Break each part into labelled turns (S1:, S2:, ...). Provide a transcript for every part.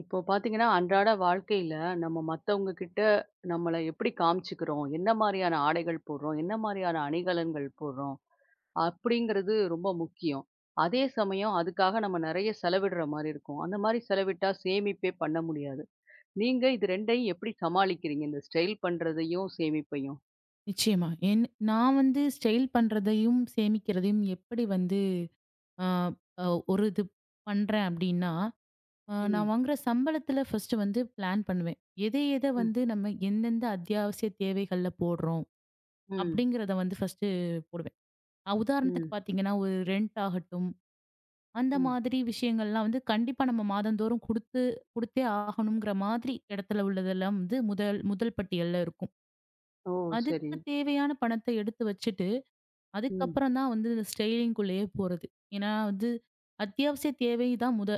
S1: இப்போ பார்த்தீங்கன்னா, அன்றாட வாழ்க்கையில நம்ம மத்தவங்க கிட்ட நம்மள எப்படி காமிச்சுக்கிறோம்? என்ன மாரியான ஆடைகள் போடுறோம்? என்ன மாரியான அணிகலன்கள் போடுறோம்? அப்படிங்கிறது ரொம்ப முக்கியம். அதே சமயம் அதுக்காக நம்ம நெறைய செலவிடுற மாரி இருக்கும். அந்த மாரி செலவிட்டா சேமிப்பே பண்ண முடியாது. நீங்க இது 2யும் எப்படி சமாளிக்கிறீங்க? இந்த ஸ்டைல் பண்றதையும், சேமிப்பையும்?
S2: நிச்சயமா. நான் வந்து ஸ்டைல் பண்றதையும், சேமிக்கிறதையும் எப்படி வந்து அ அ ஒரு இது பண்றேன் அப்டின்னா, நான்
S1: ம்,
S2: வாங்குற சம்பளத்துல ஃபர்ஸ்ட்டு வந்து பிளான் பண்ணுவேன். எத எத
S1: ம்,
S2: வந்து நம்ம எந்தெந்த அத்தியாவசிய தேவைகள்ல போடுறோம்
S1: ம்,
S2: அப்டிங்கிறத வந்து ஃபர்ஸ்ட்டு போடுவேன். உதாரணத்துக்கு
S1: ம்,
S2: பார்த்தீங்கன்னா, ஒரு ரெண்ட் ஆகட்டும், அந்த
S1: ம்.
S2: மாதிரி விஷயங்கள்லாம் வந்து கண்டிப்பா நம்ம மாதந்தோறும் குடுத்து குடுத்தே ஆகணுங்கிற மாதிரி இடத்துல உள்ளதெல்லாம் வந்து முதல் முதல் பட்டியல்ல இருக்கும்.
S1: ஓ! சரி.
S2: அதுக்கு தேவையான பணத்த எடுத்து வச்சுட்டு
S1: ம்,
S2: அதுக்கப்புறம் தான் வந்து இந்த ஸ்டைலிங்குள்ளேயே போறது. ஏன்னா வந்து அத்தியாவசிய தேவை தான் முத.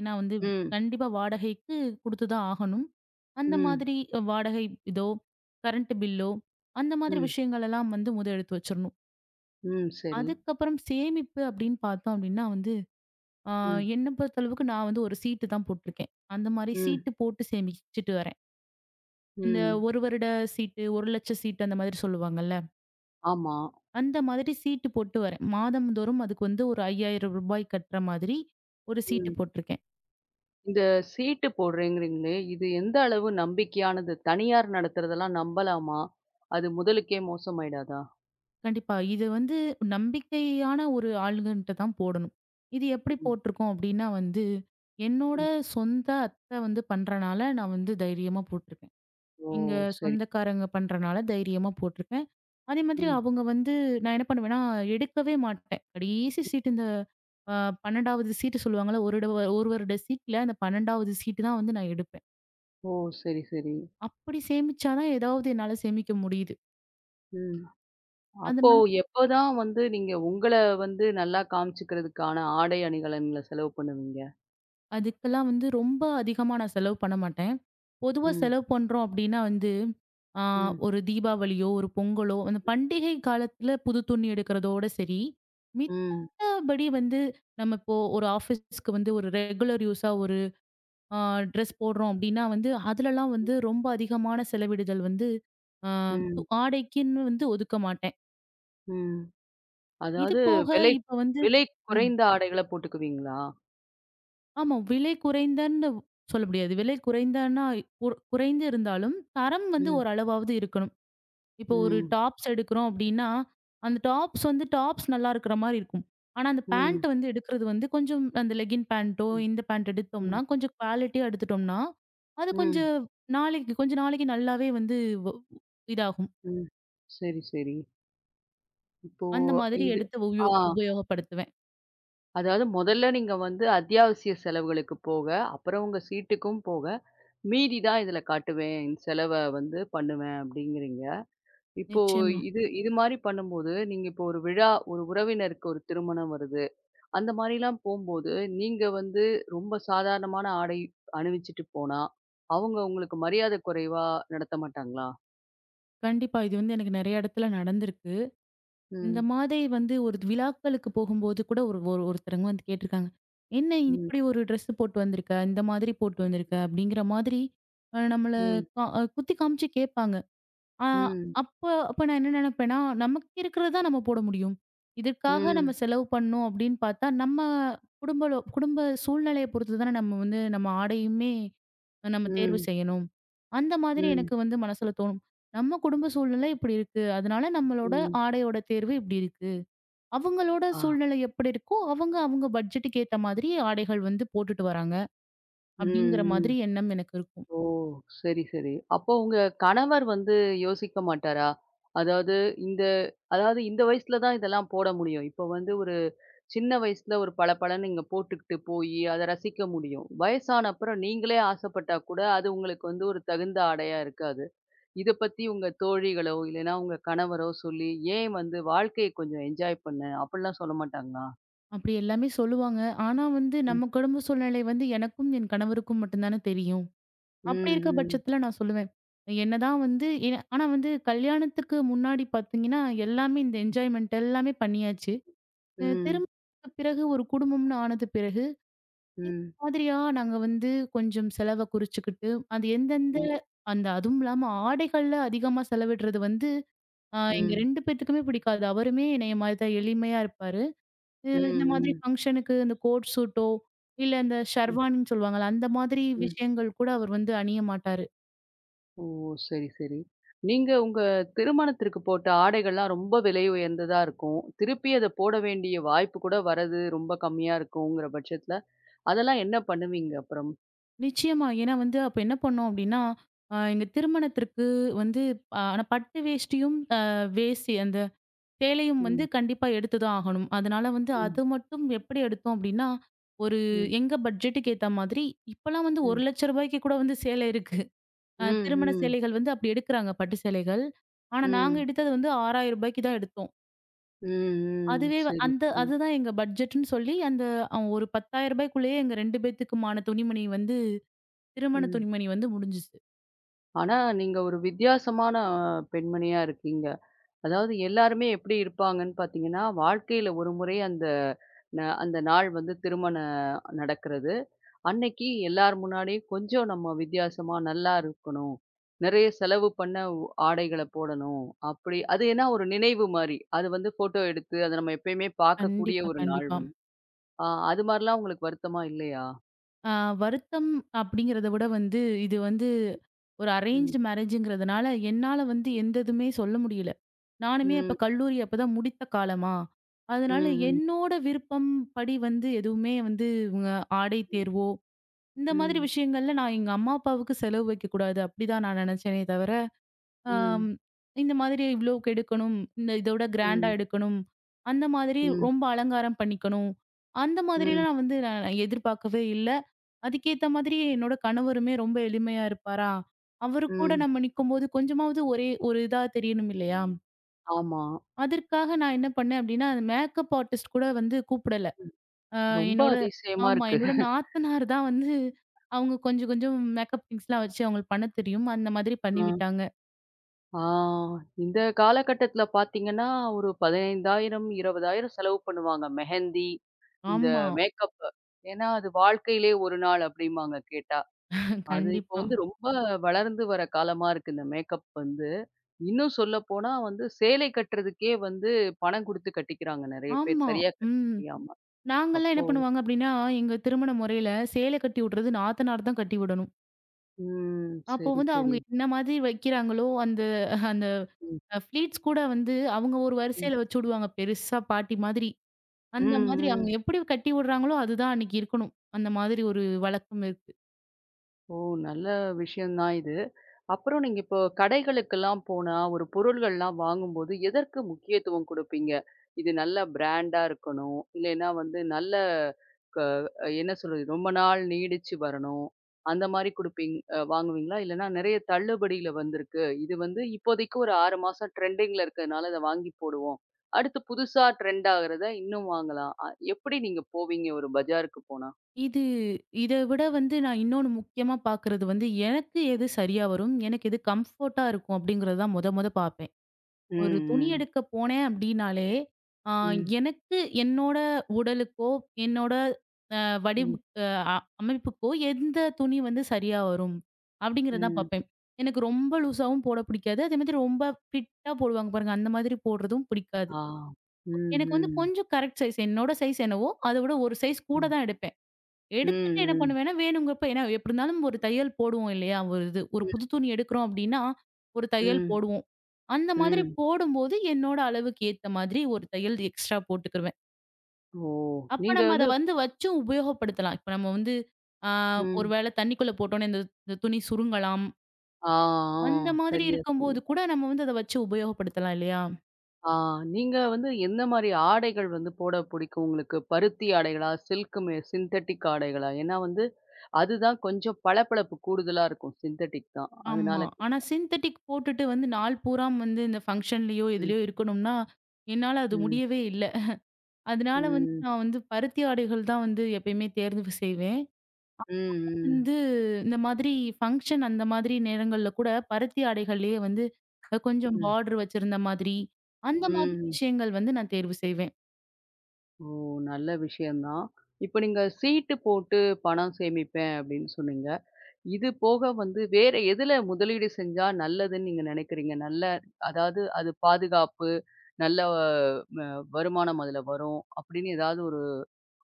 S2: ஏன்னா வந்து
S1: ம்,
S2: கண்டிப்பா வாடகைக்கு குடுத்து தான் ஆகணும். அந்த
S1: ம்,
S2: மாதிரி வாடகை இதோ, கரண்ட் பில்லோ அந்த மாதிரி
S1: ம்,
S2: விஷயங்கள் எல்லாம் வந்து முத எடுத்து வச்சிரணும்.
S1: ம். சரி.
S2: அதுக்கப்புறம் சேமிப்பு அப்படின்னு பார்த்தோம் அப்படின்னா வந்து, ஆ
S1: ம்,
S2: என்ன பொறுத்தளவுக்கு நான் வந்து ஒரு சீட்டு தான் போட்டிருக்கேன். அந்த மாதிரி
S1: ம்,
S2: சீட்டு போட்டு சேமிச்சுட்டு வரேன். இந்த
S1: ம்.
S2: 1 வருட சீட்டு, 1 லட்ச சீட்டு அந்த மாதிரி சொல்லுவாங்கல்ல.
S1: ஆமா.
S2: அந்த மாதிரி சீட்டு போட்டு வரேன். மாதம்தோறும் அதுக்கு வந்து ஒரு ரூ. 5,000 கட்டுற மாதிரி ஒரு சீட்டு
S1: ம்.
S2: போட்டிருக்கேன்.
S1: இந்த சீட்டு போடுறேங்கிறீங்களே, இது எந்த அளவு நம்பிக்கையானது? தனியார் நடத்துறதெல்லாம் நம்பலாமா? அது முதலுக்கே மோசமாயிடாதா?
S2: கண்டிப்பா. இது வந்து நம்பிக்கையான ஒரு ஆளுங்கன்ட்ட தான் போடணும். இது எப்படி
S1: ம்.
S2: போட்டிருக்கோம் அப்டின்னா வந்து, என்னோட
S1: ம்.
S2: சொந்த அத்த வந்து பண்றனால நான் வந்து தைரியமா போட்டிருக்கேன்.
S1: ஓ!
S2: எங்க
S1: சரி.
S2: சொந்தக்காரங்க பண்றனால தைரியமா போட்டிருக்கேன். அதே மாதிரி
S1: ம்.
S2: அவங்க வந்து நான் என்ன பண்ணுவேன்னா, எடுக்கவே மாட்டேன். கடைசி சீட்டு இந்த அ 12வது சீட்டு சொல்லுவாங்கல்ல, ஒரு வருட சீட்ல அந்த 12வது சீட்டு தான் வந்து நான் எடுப்பேன்.
S1: ஓ! சரி, சரி.
S2: அப்படி சேமிச்சா தான் ஏதாவது என்னால சேமிக்க முடியுது.
S1: ம். அப்போ
S2: அதனால
S1: எப்போதான் வந்து நீங்க உங்கள வந்து நல்லா காமிச்சுக்கிறதுக்கான ஆடை அணிகலன்ல செலவு பண்ணுவீங்க?
S2: அதுக்கெல்லாம் வந்து ரொம்ப அதிகமா நான் செலவு பண்ண மாட்டேன். பொதுவா
S1: ம்.
S2: செலவு பண்றோம் அப்படின்னா வந்து, ஆ
S1: ம்.
S2: ஒரு தீபாவளியோ, ஒரு பொங்கலோ, அந்த பண்டிகை காலத்துல புது துணி எடுக்கிறதோட சரி.
S1: ம்.
S2: மித்தபடி வந்து நம்ம இப்போ ஒரு ஆஃபீஸ்க்கு வந்து ஒரு ரெகுலர் யூஸா ஒரு ஆ ட்ரெஸ் போடுறோம் அப்படின்னா வந்து, அதுலலாம் வந்து ரொம்ப அதிகமான செலவிடுதல் வந்து ஆ
S1: ம்.
S2: ஆடைக்குன்னு வந்து ஒதுக்க மாட்டேன்.
S1: ம்.
S2: இது
S1: அதாவது
S2: போக
S1: விலை
S2: இப்ப வந்து
S1: விலை
S2: ம்.
S1: குறைந்த ஆடைகள போட்டுக்குவீங்களா?
S2: ஆமா. விலை குறைந்தன்னு சொல்ல முடியாது. விலை குறைந்தன்னா குறைந்து இருந்தாலும், தரம் வந்து
S1: ம்.
S2: ஓரளவாவது இருக்கணும். இப்போ ஒரு
S1: ம்.
S2: டாப்ஸ் எடுக்கிறோம் அப்டின்னா, அந்த டாப்ஸ் வந்து டாப்ஸ் நல்லா இருக்கிற மாரி இருக்கும். ஆனா, அந்த பேண்ட்
S1: ம்.
S2: வந்து எடுக்கிறது வந்து கொஞ்சம் அந்த லெகின் பேண்ட்டோ,
S1: ம்.
S2: இந்த பேண்ட் எடுத்தோம்னா,
S1: ம்.
S2: கொஞ்சம் குவாலிட்டியா எடுத்துட்டோம்னா, அது
S1: ம்.
S2: கொஞ்சம் நாளைக்கு கொஞ்ச நாளைக்கு நல்லாவே வந்து வ் இதாகும்.
S1: ம். சரி, சரி. இப்போ
S2: அந்த மாதிரி
S1: இது
S2: எடுத்து
S1: ஆ
S2: உபயோகப்படுத்துவேன்.
S1: அதாவது முதல்ல நீங்க வந்து அத்தியாவசிய செலவுகளுக்கு போக, அப்புறம் உங்க சீட்டுக்கும் போக, மீதி தான் இதில காட்டுவேன். இந்த செலவ வந்து பண்ணுவேன் அப்படிங்கிறீங்க. இப்போ
S2: நிச்சயமா.
S1: இது இது மாரி பண்ணும்போது, நீங்க இப்போ ஒரு விழா ஒரு உறவினருக்கு ஒரு திருமணம் வருது. அந்த மாரிலாம் போம்போது, நீங்க வந்து ரொம்ப சாதாரணமான ஆடை அணிவிச்சுட்டு போனா, அவங்க உங்களுக்கு மரியாதை குறைவா நடத்த மாட்டாங்களா?
S2: கண்டிப்பா. இது வந்து எனக்கு நெறைய இடத்துல நடந்திருக்கு. இந்த
S1: ம்.
S2: மாதிரி வந்து ஒரு விழாக்களுக்கு போகும்போது கூட ஒரு ஒரு ஒருத்தரங்க வந்து கேட்டிருக்காங்க. "என்ன
S1: ம்.
S2: இப்படி ஒரு ட்ரெஸ் போட்டு வந்திருக்க? இந்த மாதிரி போட்டு வந்திருக்க?" அப்படிங்கிற மாதிரி நம்மள
S1: ம்.
S2: கா குத்தி காமிச்சு கேட்பாங்க. ஆ
S1: ம்.
S2: அப்ப அப்ப நான் என்ன நினைப்பேன்னா, நமக்கு இருக்கிறது தான் நம்ம போட முடியும். இதற்காக நம்ம
S1: ம்.
S2: செலவு பண்ணோம் அப்படின்னு பார்த்தா, நம்ம குடும்பலோ குடும்ப சூழ்நிலைய பொறுத்து தானே நம்ம வந்து நம்ம ஆடையுமே நம்ம தேர்வு
S1: ம்.
S2: செய்யணும். அந்த மாதிரி
S1: ம்.
S2: எனக்கு வந்து மனசுல தோணும். நம்ம குடும்ப சூழ்நிலை இப்படி இருக்கு. அதனால நம்மளோட
S1: ம்.
S2: ஆடையோட தேர்வு இப்படி இருக்கு. அவங்களோட
S1: ஆ.
S2: சூழ்நிலை எப்படி இருக்கோ, அவங்க அவங்க பட்ஜெட்டுக்கு ஏத்த மாதிரி ஆடைகள் வந்து போட்டுட்டு வராங்க.
S1: ம்.
S2: அப்படிங்கிற மாதிரி
S1: ம்.
S2: எண்ணம் எனக்கு இருக்கும்.
S1: ஓ! சரி, சரி. அப்போ உங்க கணவர் வந்து யோசிக்க மாட்டாரா? அதாவது இந்த அதாவது இந்த வயசுல தான் இதெல்லாம் போட முடியும். இப்போ வந்து ஒரு சின்ன வயசுல ஒரு பளபளன்னு நீங்க போட்டுக்கிட்டு போயி, அத ரசிக்க முடியும். வயசான அப்புறம் நீங்களே ஆசைப்பட்டா கூட, அது உங்களுக்கு வந்து ஒரு தகுந்த ஆடையா இருக்காது. இத பத்தி உங்க தோழிகளோ, இல்லைன்னா உங்க கணவரோ சொல்லி, ஏன் வந்து வாழ்க்கைய கொஞ்சம் என்ஜாய் பண்ணு, அப்படிலாம் சொல்ல மாட்டாங்களா?
S2: அப்படி எல்லாமே சொல்லுவாங்க. ஆனா வந்து
S1: ம்.
S2: நம்ம குடும்ப சூழ்நிலை வந்து எனக்கும், என் கணவருக்கும் மட்டும் தானே தெரியும்.
S1: ம்.
S2: அப்படி இருக்க
S1: ம்.
S2: பட்சத்துல நான் சொல்லுவேன். என்னதான் வந்து ஆனா வந்து கல்யாணத்துக்கு முன்னாடி பாத்தீங்கன்னா, எல்லாமே இந்த என்ஜாய்மென்ட் எல்லாமே பண்ணியாச்சு.
S1: ம்.
S2: திருமணத்துக்கு பிறகு ஒரு குடும்பம்னு ஆனது பிறகு, இந்த
S1: ம்.
S2: மாதிரியா நாங்க வந்து கொஞ்சம் செலவ குறிச்சுக்கிட்டு, அது எந்தெந்த
S1: ம்.
S2: அந்த அதுவும் இல்லாம ஆடைகள்ல அதிகமா செலவிடுறது வந்து, எங்க
S1: ம்.
S2: 2 பேத்துக்குமே பிடிக்காது. அவருமே என்னைய மாரி தான் எளிமையா இருப்பாரு.
S1: ம்,
S2: இந்த மாதிரி
S1: ம்,
S2: ஃபங்ஷனுக்கு இந்த கோட் சூட்டோ, இல்ல இந்த
S1: ம்,
S2: ஷர்வானின்னு சொல்லுவாங்கல்ல, அந்த மாதிரி
S1: ம்.
S2: விஷயங்கள் கூட அவர் வந்து அணிய மாட்டாரு.
S1: ஓ! சரி, சரி. நீங்க உங்க திருமணத்திற்கு போட்ட ஆடைகள்லாம் ரொம்ப விலை உயர்ந்ததா இருக்கும். திருப்பி அத போட வேண்டிய வாய்ப்பு கூட வரது ரொம்ப கம்மியா இருக்குங்கிற பட்சத்துல, அதெல்லாம் என்ன பண்ணுவீங்க அப்புறம்?
S2: நிச்சயமா. ஏன்னா வந்து அப்ப என்ன பண்ணோம் அப்டின்னா, எங்க திருமணத்திற்கு வந்து ஆனா பட்டு வேஷ்டியும், அந்த சேலையும் வந்து
S1: ம்,
S2: கண்டிப்பா எடுத்து தான் ஆகணும். அதனால வந்து
S1: ம்,
S2: அது மட்டும் எப்படி எடுத்தோம் அப்டின்னா, ஒரு
S1: ம்,
S2: எங்க பட்ஜெட்டுக்கு ஏத்த மாதிரி இப்பலாம் வந்து ரூ.
S1: ம்.
S2: 1,00,000 கூட வந்து சேலை இருக்கு.
S1: ம், ம்,
S2: திருமண
S1: ம்,
S2: சேலைகள் வந்து அப்டி எடுக்குறாங்க பட்டு சேலைகள். ஆனா நாங்க
S1: ம்,
S2: எடுத்தது வந்து ரூ. 6,000 தான் எடுத்தோம்.
S1: ம்.
S2: அதுவே
S1: சரி,
S2: அந்த
S1: சரி.
S2: அதுதான் எங்க பட்ஜெட்ன்னு சொல்லி அந்த ஒரு ரூ. 10,000க்குள்ளேயே எங்க 2 பேத்துக்குமான துணிமணி வந்து திருமண
S1: ம்.
S2: துணிமணி வந்து முடிஞ்சுச்சு.
S1: ஆனா நீங்க ஒரு வித்தியாசமான பெண்மணியா இருக்கீங்க. அதாவது எல்லாருமே எப்படி இருப்பாங்கன்னு பார்த்தீங்கன்னா, வாழ்க்கையில ஒரு முறை அந்த அந்த நாள் வந்து திருமணம் நடக்கிறது. அன்னைக்கு எல்லார் முன்னாடியும் கொஞ்சம் நம்ம வித்தியாசமா நல்லா இருக்கணும். நெறைய செலவு பண்ண ஆடைகள போடணும். அப்படி அது ஏன்னா ஒரு நினைவு மாரி. அது வந்து ஃபோட்டோ எடுத்து அத நம்ம எப்பயுமே பார்க்கக்கூடிய
S2: கண்டிப்பா,
S1: ஒரு நாள்
S2: கண்டிப்பா.
S1: வந்து. ஆ அது மாரிலாம் உங்களுக்கு வருத்தமா இல்லையா?
S2: ஆ வருத்தம் அப்படிங்கிறத விட வந்து, இது வந்து ஒரு
S1: ம்.
S2: அரேஞ்ச்டு மேரேஜ்ங்கிறதுனால, என்னால வந்து எந்த இதுமே சொல்ல முடியல. நானுமே அப்ப
S1: ம்.
S2: கல்லூரி அப்பதான் முடித்த காலமா, அதனால
S1: ம்.
S2: என்னோட விருப்பம் படி வந்து எதுவுமே வந்து இவங்க ஆடை தேர்வோ, இந்த மாதிரி
S1: ம்.
S2: விஷயங்கள்ல நான் எங்க அம்மா, அப்பாவுக்கு செலவு வைக்கக்கூடாது. அப்படிதான் நான் நெனச்சேனே தவிர ஆம்,
S1: ம்.
S2: இந்த மாதிரி இவ்வளோக்கு எடுக்கணும். இந்த இதோட கிராண்டா
S1: ம்.
S2: எடுக்கணும். அந்த மாதிரி
S1: ம். ம்.
S2: ரொம்ப அலங்காரம் பண்ணிக்கணும். அந்த
S1: ம்.
S2: மாதிரிலாம் நான் வந்து நான் நான் எதிர்பார்க்கவே இல்ல. அதுக்கேத்த மாதிரி என்னோட கணவருமே ரொம்ப எளிமையா இருப்பாரா? அவரு கூட
S1: ம்.
S2: நம்ம நிக்கும்போது கொஞ்சமாவது ஒரே ஒரு இதா தெரியணும் இல்லையா?
S1: ஆமா.
S2: அதற்காக நான் என்ன பண்ணேன் அப்டின்னா, அந்த மேக்கப் ஆர்டிஸ்ட் கூட வந்து கூப்பிடல.
S1: ம்.
S2: அ
S1: ரொம்ப
S2: என்னோட
S1: அதிசயமா
S2: ஆமா.
S1: இருக்கு.
S2: என்னோட நாத்தனார் தான் வந்து அவங்க கொஞ்சம் கொஞ்சம் மேக்கப் திங்ஸ்லாம் வச்சு அவங்களுக்கு பண்ண தெரியும். அந்த மாதிரி பண்ணி
S1: ஆ.
S2: விட்டாங்க.
S1: ஆ இந்த காலகட்டத்தில பார்த்தீங்கன்னா, ஒரு 15,000 20,000 செலவு பண்ணுவாங்க. மெஹந்தி, இந்த
S2: ஆமா.
S1: மேக்கப். ஏன்னா, அது வாழ்க்கையிலே ஒரு நாள் அப்படிம்பாங்க கேட்டா. அது இப்போ
S2: கண்டிப்பா.
S1: வந்து ரொம்ப வளர்ந்து வர காலமா இருக்கு இந்த மேக்கப் வந்து. இன்னும் சொல்லப்போனா வந்து சேலை கட்டுறதுக்கே வந்து பணம் குடுத்து கட்டிக்கிறாங்க நெறைய பேர்.
S2: ஆமா.
S1: சரியா கட்ட
S2: ம்.
S1: தெரியாம.
S2: நாங்கலாம்
S1: அப்போ
S2: என்ன பண்ணுவாங்க அப்டின்னா, எங்க திருமண முறையில சேலை கட்டி விடுறது நாத்தனார் தான் கட்டி விடணும்.
S1: ம்.
S2: அப்போ
S1: சரி,
S2: வந்து அவங்க
S1: சரி.
S2: என்ன மாதிரி வைக்கிறாங்களோ, அந்த அந்த
S1: ம்,
S2: ஃப்ளீட்ஸ் கூட வந்து அவங்க ஒரு
S1: ம்.
S2: வரிசையில வச்சு விடுவாங்க. பெருசா பாட்டி மாதிரி.
S1: ம்,
S2: அந்த மாதிரி ஓஹோ!
S1: ம்.
S2: அவங்க எப்படி கட்டி விடுறாங்களோ, அதுதான் அன்னைக்கு இருக்கணும். அந்த மாதிரி ஒரு வழக்கம் இருக்கு.
S1: ஓ! நல்ல விஷயம் தான் இது. அப்புறம் நீங்க இப்போ கடைகளுக்கெல்லாம் போனா, ஒரு பொருள்கள்லாம் வாங்கும்போது எதற்கு முக்கியத்துவம் குடுப்பீங்க? இது நல்ல பிராண்டா இருக்கணும். இல்லைன்னா வந்து நல்ல க என்ன சொல்றது? ரொம்ப நாள் நீடிச்சு வரணும். அந்த மாரி குடுப்பீங் அ வாங்குவீங்களா? இல்லன்னா நெறைய தள்ளுபடியில வந்திருக்கு. இது வந்து இப்போதைக்கு ஒரு 6 மாசம் ட்ரெண்டிங்ல இருக்கிறதுனால இத வாங்கி போடுவோம். அடுத்து புதுசா ட்ரெண்ட் ஆகுறத இன்னும் வாங்கலாம். எப்படி நீங்க போவீங்க ஒரு பஜாருக்கு போனா?
S2: இது இத விட வந்து நான் இன்னொன்னு முக்கியமா பார்க்குறது வந்து, எனக்கு எது சரியா வரும்? எனக்கு எது கம்ஃபோர்ட்டா இருக்கும்? அப்படிங்கிறது தான் மொத மொத பார்ப்பேன்.
S1: ம்,
S2: ஒரு துணி
S1: ம்,
S2: எடுக்க போனேன் அப்படின்னாலே, ஆ
S1: ம்,
S2: எனக்கு என்னோட உடலுக்கோ, என்னோட அ வடிவ்
S1: ம்,
S2: அ அமைப்புக்கோ எந்த துணி வந்து சரியா வரும் அப்படிங்கிறத தான்
S1: ம்.
S2: பார்ப்பேன். எனக்கு ரொம்ப லூஸாவும் போட பிடிக்காது. அதே மாதிரி ரொம்ப ஃபிட்டா போடுவாங்க பாருங்க, அந்த மாதிரி போடுறதும் பிடிக்காது.
S1: ஆ. ம்,
S2: எனக்கு வந்து
S1: ம்.
S2: கொஞ்சம் கரெக்ட் சைஸ் என்னோட சைஸ் என்னவோ, அத விட ஒரு சைஸ் கூட
S1: ம்.
S2: தான் எடுப்பேன்.
S1: ம்,
S2: எடுத்துட்டு என்ன
S1: ம்.
S2: பண்ணுவேன்னா, வேணுங்கிறப்ப ஏன்னா எப்படி இருந்தாலும் ஒரு தையல் போடுவோம் இல்லையா? ஒரு இது ஒரு புது துணி எடுக்கிறோம் அப்படின்னா, ஒரு தையல்
S1: ம்,
S2: போடுவோம். அந்த மாதிரி
S1: ம்.
S2: போடும்போது என்னோட அளவுக்கு ஏத்த மாதிரி ஒரு தையல் எக்ஸ்ட்ரா போட்டுக்கிருவேன்.
S1: ஓ!
S2: அப்ப
S1: நீங்க
S2: நம்ம அத
S1: வந்து
S2: வந்து வச்சும் உபயோகப்படுத்தலாம். இப்ப நம்ம வந்து ஆ ஒரு
S1: ம்.
S2: வேளை தண்ணிக்குள்ள போட்டோனே இந்த இந்த துணி சுருங்கலாம்.
S1: ஆ,
S2: அந்த
S1: ஆ.
S2: மாதிரி
S1: சரியா
S2: இருக்கும்போது
S1: சொன்னீங்க.
S2: கூட நம்ம வந்து அத வச்சு உபயோகப்படுத்தலாம் இல்லையா?
S1: ஆ நீங்க வந்து எந்த மாரி ஆடைகள் வந்து போட பிடிக்கும் உங்களுக்கு? பருத்தி ஆடைகளா? Silk synthetic ஆடைகளா? ஏன்னா வந்து அதுதான் கொஞ்சம் பளபளப்பு கூடுதலா இருக்கும். சிந்தெடிக் தான். அதனால
S2: ஆமா. ஆனா
S1: கேட்கிறேன்.
S2: சிந்தெடிக் போட்டுட்டு வந்து நாள் பூராம் வந்து இந்த ஃபங்ஷன்லயோ,
S1: ம்,
S2: எதுலயோ இருக்கணும்னா, என்னால அது
S1: ம்,
S2: முடியவே இல்ல. அதனால வந்து
S1: ம்.
S2: நான் வந்து பருத்தி ஆடைகள் தான் வந்து எப்பயுமே தேர்வு செய்வேன்.
S1: ம், ம்.
S2: வந்து இந்த மாதிரி ஃபங்ஷன் அந்த மாதிரி நேரங்கள்ல கூட பருத்தி ஆடைகள்லயே வந்து கொஞ்சம்
S1: ம்,
S2: பார்டர் வச்சிருந்த மாதிரி, அந்த மாதிரி
S1: ம்.
S2: விஷயங்கள் வந்து நான் தேர்வு செய்வேன்.
S1: ஓ! நல்ல விஷயம் தான். இப்ப நீங்க சீட்டு போட்டு பணம் சேமிப்பேன் அப்படின்னு சொன்னீங்க. இது போக வந்து வேற எதுல முதலீடு செஞ்சா நல்லதுன்னு நீங்க நினைக்கிறீங்க? நல்ல அதாவது அது பாதுகாப்பு, நல்ல வருமானம் அதுல வரும் அப்படின்னு ஏதாவது ஒரு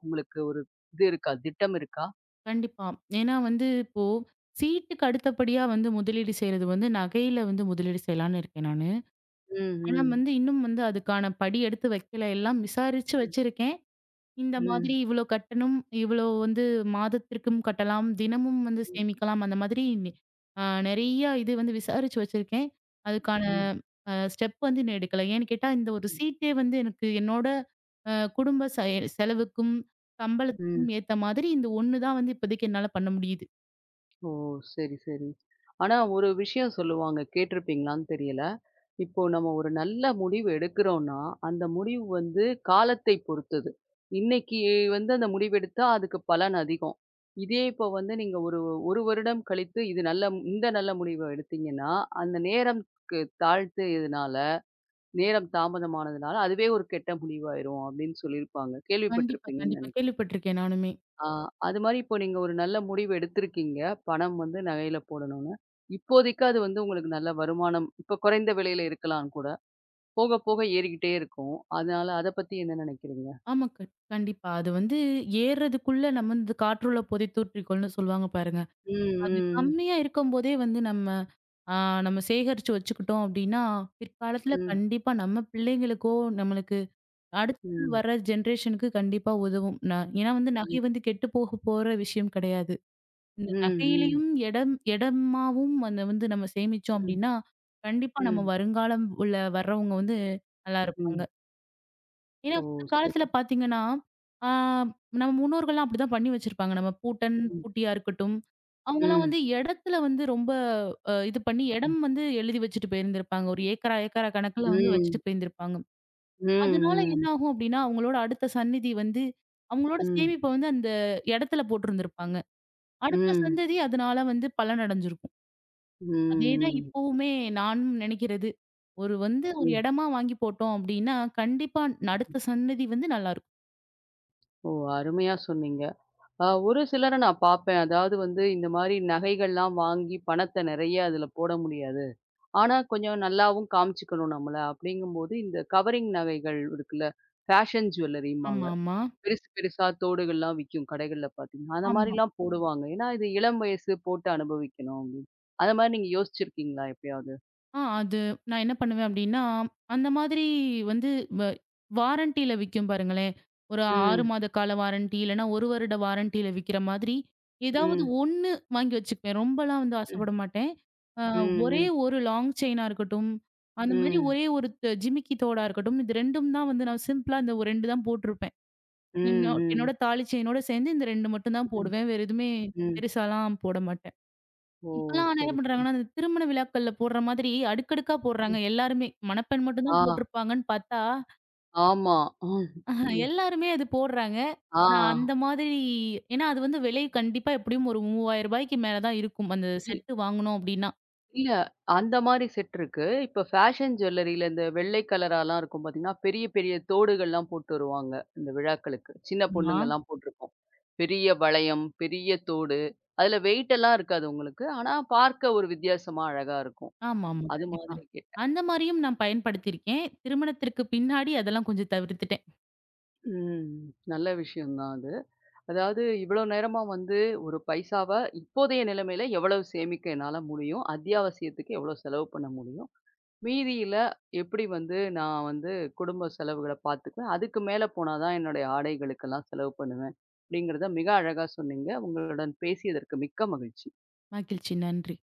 S1: உங்களுக்கு ஒரு இது இருக்கா? திட்டம் இருக்கா?
S2: கண்டிப்பா. ஏன்னா வந்து இப்போ சீட்டுக்கு அடுத்தபடியா வந்து முதலீடு செய்றது வந்து நகையில வந்து முதலீடு செய்யலான்னு இருக்கேன் நானு.
S1: ம்,
S2: ஆனா
S1: ம்.
S2: வந்து இன்னும் வந்து அதுக்கான படி எடுத்து வைக்கல. எல்லாம் விசாரிச்சு
S1: ம்,
S2: வச்சிருக்கேன். இந்த
S1: ம்,
S2: மாதிரி இவ்வளோ கட்டணும். இவ்வளோ வந்து மாதத்திற்கும் கட்டலாம். தினமும் வந்து சேமிக்கலாம். அந்த மாதிரி நெறைய இது வந்து விசாரிச்சு வச்சிருக்கேன். அதுக்கான
S1: ம்,
S2: ஸ்டெப் வந்து இன்னும் எடுக்கல. ஏன்னு கேட்டா, இந்த ஒரு
S1: ம்,
S2: சீட்டே வந்து எனக்கு என்னோட அ குடும்ப செலவுக்கும்,
S1: ம்.
S2: சம்பளத்துக்கும் ஏத்த மாதிரி இந்த ஒண்ணு தான் வந்து இப்போதைக்கு என்னால பண்ண முடியுது.
S1: ஓ! சரி, சரி. ஆனா ஒரு விஷயம் சொல்லுவாங்க, கேட்டிருப்பீங்களான்னு தெரியல. இப்போ நம்ம ஒரு நல்ல முடிவு எடுக்கிறோம்னா, அந்த முடிவு வந்து காலத்தை பொறுத்தது. இன்னைக்கு வந்து அந்த முடிவெடுத்தா அதுக்கு பலன் அதிகம். இதே இப்போ வந்து நீங்க ஒரு 1 வருடம் கழித்து இது நல்ல இந்த நல்ல முடிவ எடுத்தீங்கன்னா, அந்த நேரம்க்கு தாழ்த்தியதுனால, நேரம் தாமதமானதுனால அதுவே ஒரு கெட்ட முடிவாயிரும் அப்படின்னு சொல்லியிருப்பாங்க.
S2: கண்டிப்பா,
S1: கேள்விப்பட்டிருப்பீங்கன்னு
S2: கண்டிப்பா.
S1: நினைக்கிறேன்.
S2: கேள்விப்பட்டிருக்கேன் நானுமே.
S1: ஆ, அது மாரி இப்போ நீங்க ஒரு நல்ல முடிவு எடுத்திருக்கீங்க. பணம் வந்து நகையில போடணும்னு. இப்போதைக்கு அது வந்து உங்களுக்கு நல்ல வருமானம் இப்ப குறைந்த விலையில இருக்கலாம் கூட. போக போக ஏறிக்கிட்டே இருக்கும். அதனால அத பத்தி என்ன நினைக்கிறீங்க?
S2: ஆமா. கண்டிப்பா. கண்டிப்பா. அது வந்து ஏறுறதுக்குள்ள நம்ம இந்த காற்றுள்ள புதை தூற்றிக்கொள்ன்னு சொல்லுவாங்க பாருங்க.
S1: ம்,
S2: அது
S1: ம்,
S2: கம்மியா இருக்கும்போதே வந்து நம்ம ஆ, நம்ம சேகரிச்சு வச்சுக்கிட்டோம் அப்படின்னா, பிற்காலத்துல
S1: ம்,
S2: கண்டிப்பா நம்ம பிள்ளைங்களுக்கோ, நம்மளுக்கு அடுத்து
S1: ம்.
S2: வர ஜெனரேஷனுக்கு கண்டிப்பா உதவும். ஏன்னா வந்து
S1: ம்,
S2: நகை வந்து கெட்டு போக போற விஷயம் கிடையாது. இந்த
S1: ம்,
S2: நகையிலயும் இடம் இடமாவும் அந்த வந்து நம்ம சேமிச்சோம்
S1: ம்,
S2: அப்படின்னா, கண்டிப்பா நம்ம
S1: ம்,
S2: வருங்காலம் உள்ள வர்றவங்க வந்து நல்லா இருப்பாங்க.
S1: ம்.
S2: ஏன்னா,
S1: ஓ!
S2: இந்த காலத்துல
S1: சரி.
S2: பார்த்தீங்கன்னா, ஆ நம்ம முன்னோர்கள்லாம் அப்படிதான் பண்ணி வச்சிருப்பாங்க. நம்ம பூட்டன்,
S1: ம்.
S2: பூட்டியா இருக்கட்டும். அவங்கலாம்
S1: ம்,
S2: வந்து இடத்துல வந்து ரொம்ப இது பண்ணி
S1: ம்,
S2: இடம் வந்து எழுதி வச்சுட்டு போயிருந்திருப்பாங்க. ஒரு ஏக்கரா, ஏக்கரா
S1: ம்,
S2: கணக்குல வந்து
S1: ம்,
S2: வச்சுட்டு போயிருந்திருப்பாங்க. அதனால என்ன
S1: ம்,
S2: ஆகும் அப்படின்னா, அவங்களோட அடுத்த சந்நிதி வந்து அவங்களோட
S1: ம்,
S2: சேமிப்ப வந்து அந்த இடத்துல போட்டிருந்திருப்பாங்க.
S1: ம்,
S2: அடுத்த
S1: ம்,
S2: சந்ததி அதனால வந்து பலனடைஞ்சிருக்கும். அதேதான்
S1: ம்.
S2: இப்பவுமே நானும் நினைக்கிறது. ஒரு வந்து ஒரு
S1: ம்.
S2: இடமா வாங்கி போட்டோம் அப்படின்னா, கண்டிப்பா அடுத்த சந்ததி வந்து நல்லா இருக்கும்.
S1: ஓ! அருமையா சொன்னீங்க. ஒரு சிலர நான் பார்ப்பேன். அதாவது வந்து இந்த மாரி நகைகள்லாம் வாங்கி பணத்த நெறைய அதில போட முடியாது. ஆனா, கொஞ்சம் நல்லாவும் காமிச்சுக்கணும் நம்மள. அப்படிங்கும்போது இந்த கவரிங் நகைகள் இருக்குல்ல, ஃபேஷன் ஜுவல்லரிம்பாங்க.
S2: ஆமாமா.
S1: பெருசு பெருசா தோடுகள்லாம் விக்கும் கடைகள்ல பார்த்தீங்கன்னா. அந்த
S2: ஆமா. ஆமா
S1: மாரிலாம் போடுவாங்க. ஏன்னா, இது இளம் வயசு போட்டு அனுபவிக்கணும் அப்படின்னு. அந்த மாரி நீங்க யோசிச்சிருக்கீங்களா எப்பயாவது?
S2: அது நான் என்ன பண்ணுவேன் அப்டின்னா, அந்த மாதிரி வந்து வ வாரண்டில விக்கும் பாருங்களேன். ஒரு 6
S1: ம்.
S2: மாத கால வாரண்டி இல்லன்னா 1 வருட வாரண்டில விக்கிற மாதிரி, ஏதாவது
S1: ம்.
S2: ஒண்ணு வாங்கி வச்சுக்குவேன். ரொம்பலாம் வந்து
S1: ம்.
S2: ஆசைப்பட மாட்டேன். அ
S1: ம்.
S2: ஒரே
S1: ம்.
S2: ஒரு லாங் செயினா இருக்கட்டும், அந்த மாரி
S1: ம்.
S2: ஒரே ஒரு ஜிமிக்கி தோடா இருக்கட்டும், இது 2ம் தான் வந்து நான் சிம்பிளா இந்த ஒரு 2 தான் போட்டிருப்பேன்.
S1: ம்.
S2: என்னோட தாலி செயினோட சேர்ந்து இந்த 2 மட்டும் தான்
S1: ம்.
S2: போடுவேன். வேற எதுவுமே
S1: ம்.
S2: பெருசாலாம் போட மாட்டேன்.
S1: ஓ!
S2: இப்பலாம் ஆனா என்ன
S1: சரி, சரி.
S2: பண்றாங்கன்னா, அந்த திருமண விழாக்கள்ல போடுற மாதிரி அடுக்கடுக்கா
S1: ம்.
S2: போடுறாங்க எல்லாருமே. மணப்பெண் மட்டும் தான்
S1: ஆ.
S2: போட்டிருப்பாங்கன்னு பார்த்தா,
S1: ஆமா. ம். எ
S2: எல்லாருமே அது போடுறாங்க.
S1: ஆ.
S2: ஆனா அந்த மாதிரி ஏன்னா அது வந்து விலை கண்டிப்பா எப்படியும் ஒரு ரூ. 3000க்கு மேல தான் இருக்கும். அந்த
S1: இ
S2: செட்டு வாங்குனோம் அப்படின்னா.
S1: இல்ல. அந்த மாரி செட் இருக்கு. இப்ப ஃபேஷன் ஜுவல்லரியில இந்த வெள்ளை கலராலாம் இருக்கும் பார்த்தீங்கன்னா, பெரிய பெரிய தோடுகள்லாம் போட்டு வருவாங்க. இந்த விழாக்களுக்கு. சின்ன
S2: ஆமா.
S1: பொண்ணுங்கலாம் போட்டிருக்கும். பெரிய வளையம், பெரிய தோடு. அதுல வெயிட் எல்லாம் இருக்காது உங்களுக்கு. ஆனா பார்க்க ஒரு வித்தியாசமா அழகா இருக்கும்.
S2: ஆமாமா.
S1: அது
S2: கண்டிப்பா.
S1: மாதிரி கேட்டேன்.
S2: அந்த மாரியும் நான் பயன்படுத்தியிருக்கேன். திருமணத்திற்கு பின்னாடி அதெல்லாம் கொஞ்சம் தவிர்த்துட்டேன்.
S1: ம். நல்ல விஷயம் தான் அது. அதாவது இவ்வளோ நேரமா வந்து ஒரு பைசாவ இப்போதைய நிலைமையில எவ்வளவு சேமிக்க என்னால முடியும்? அத்தியாவசியத்துக்கு எவ்வளோ செலவு பண்ண முடியும்? மீதியில எப்படி வந்து நான் வந்து குடும்ப செலவுகள பார்த்துக்குவேன். அதுக்கு மேல போனா தான் என்னுடைய ஆடைகளுக்கெல்லாம் செலவு பண்ணுவேன். அப்படிங்கிறத மிக அழகா சொன்னீங்க. உங்களுடன் பேசியதற்கு மிக்க மகிழ்ச்சி.
S2: மகிழ்ச்சி. நன்றி.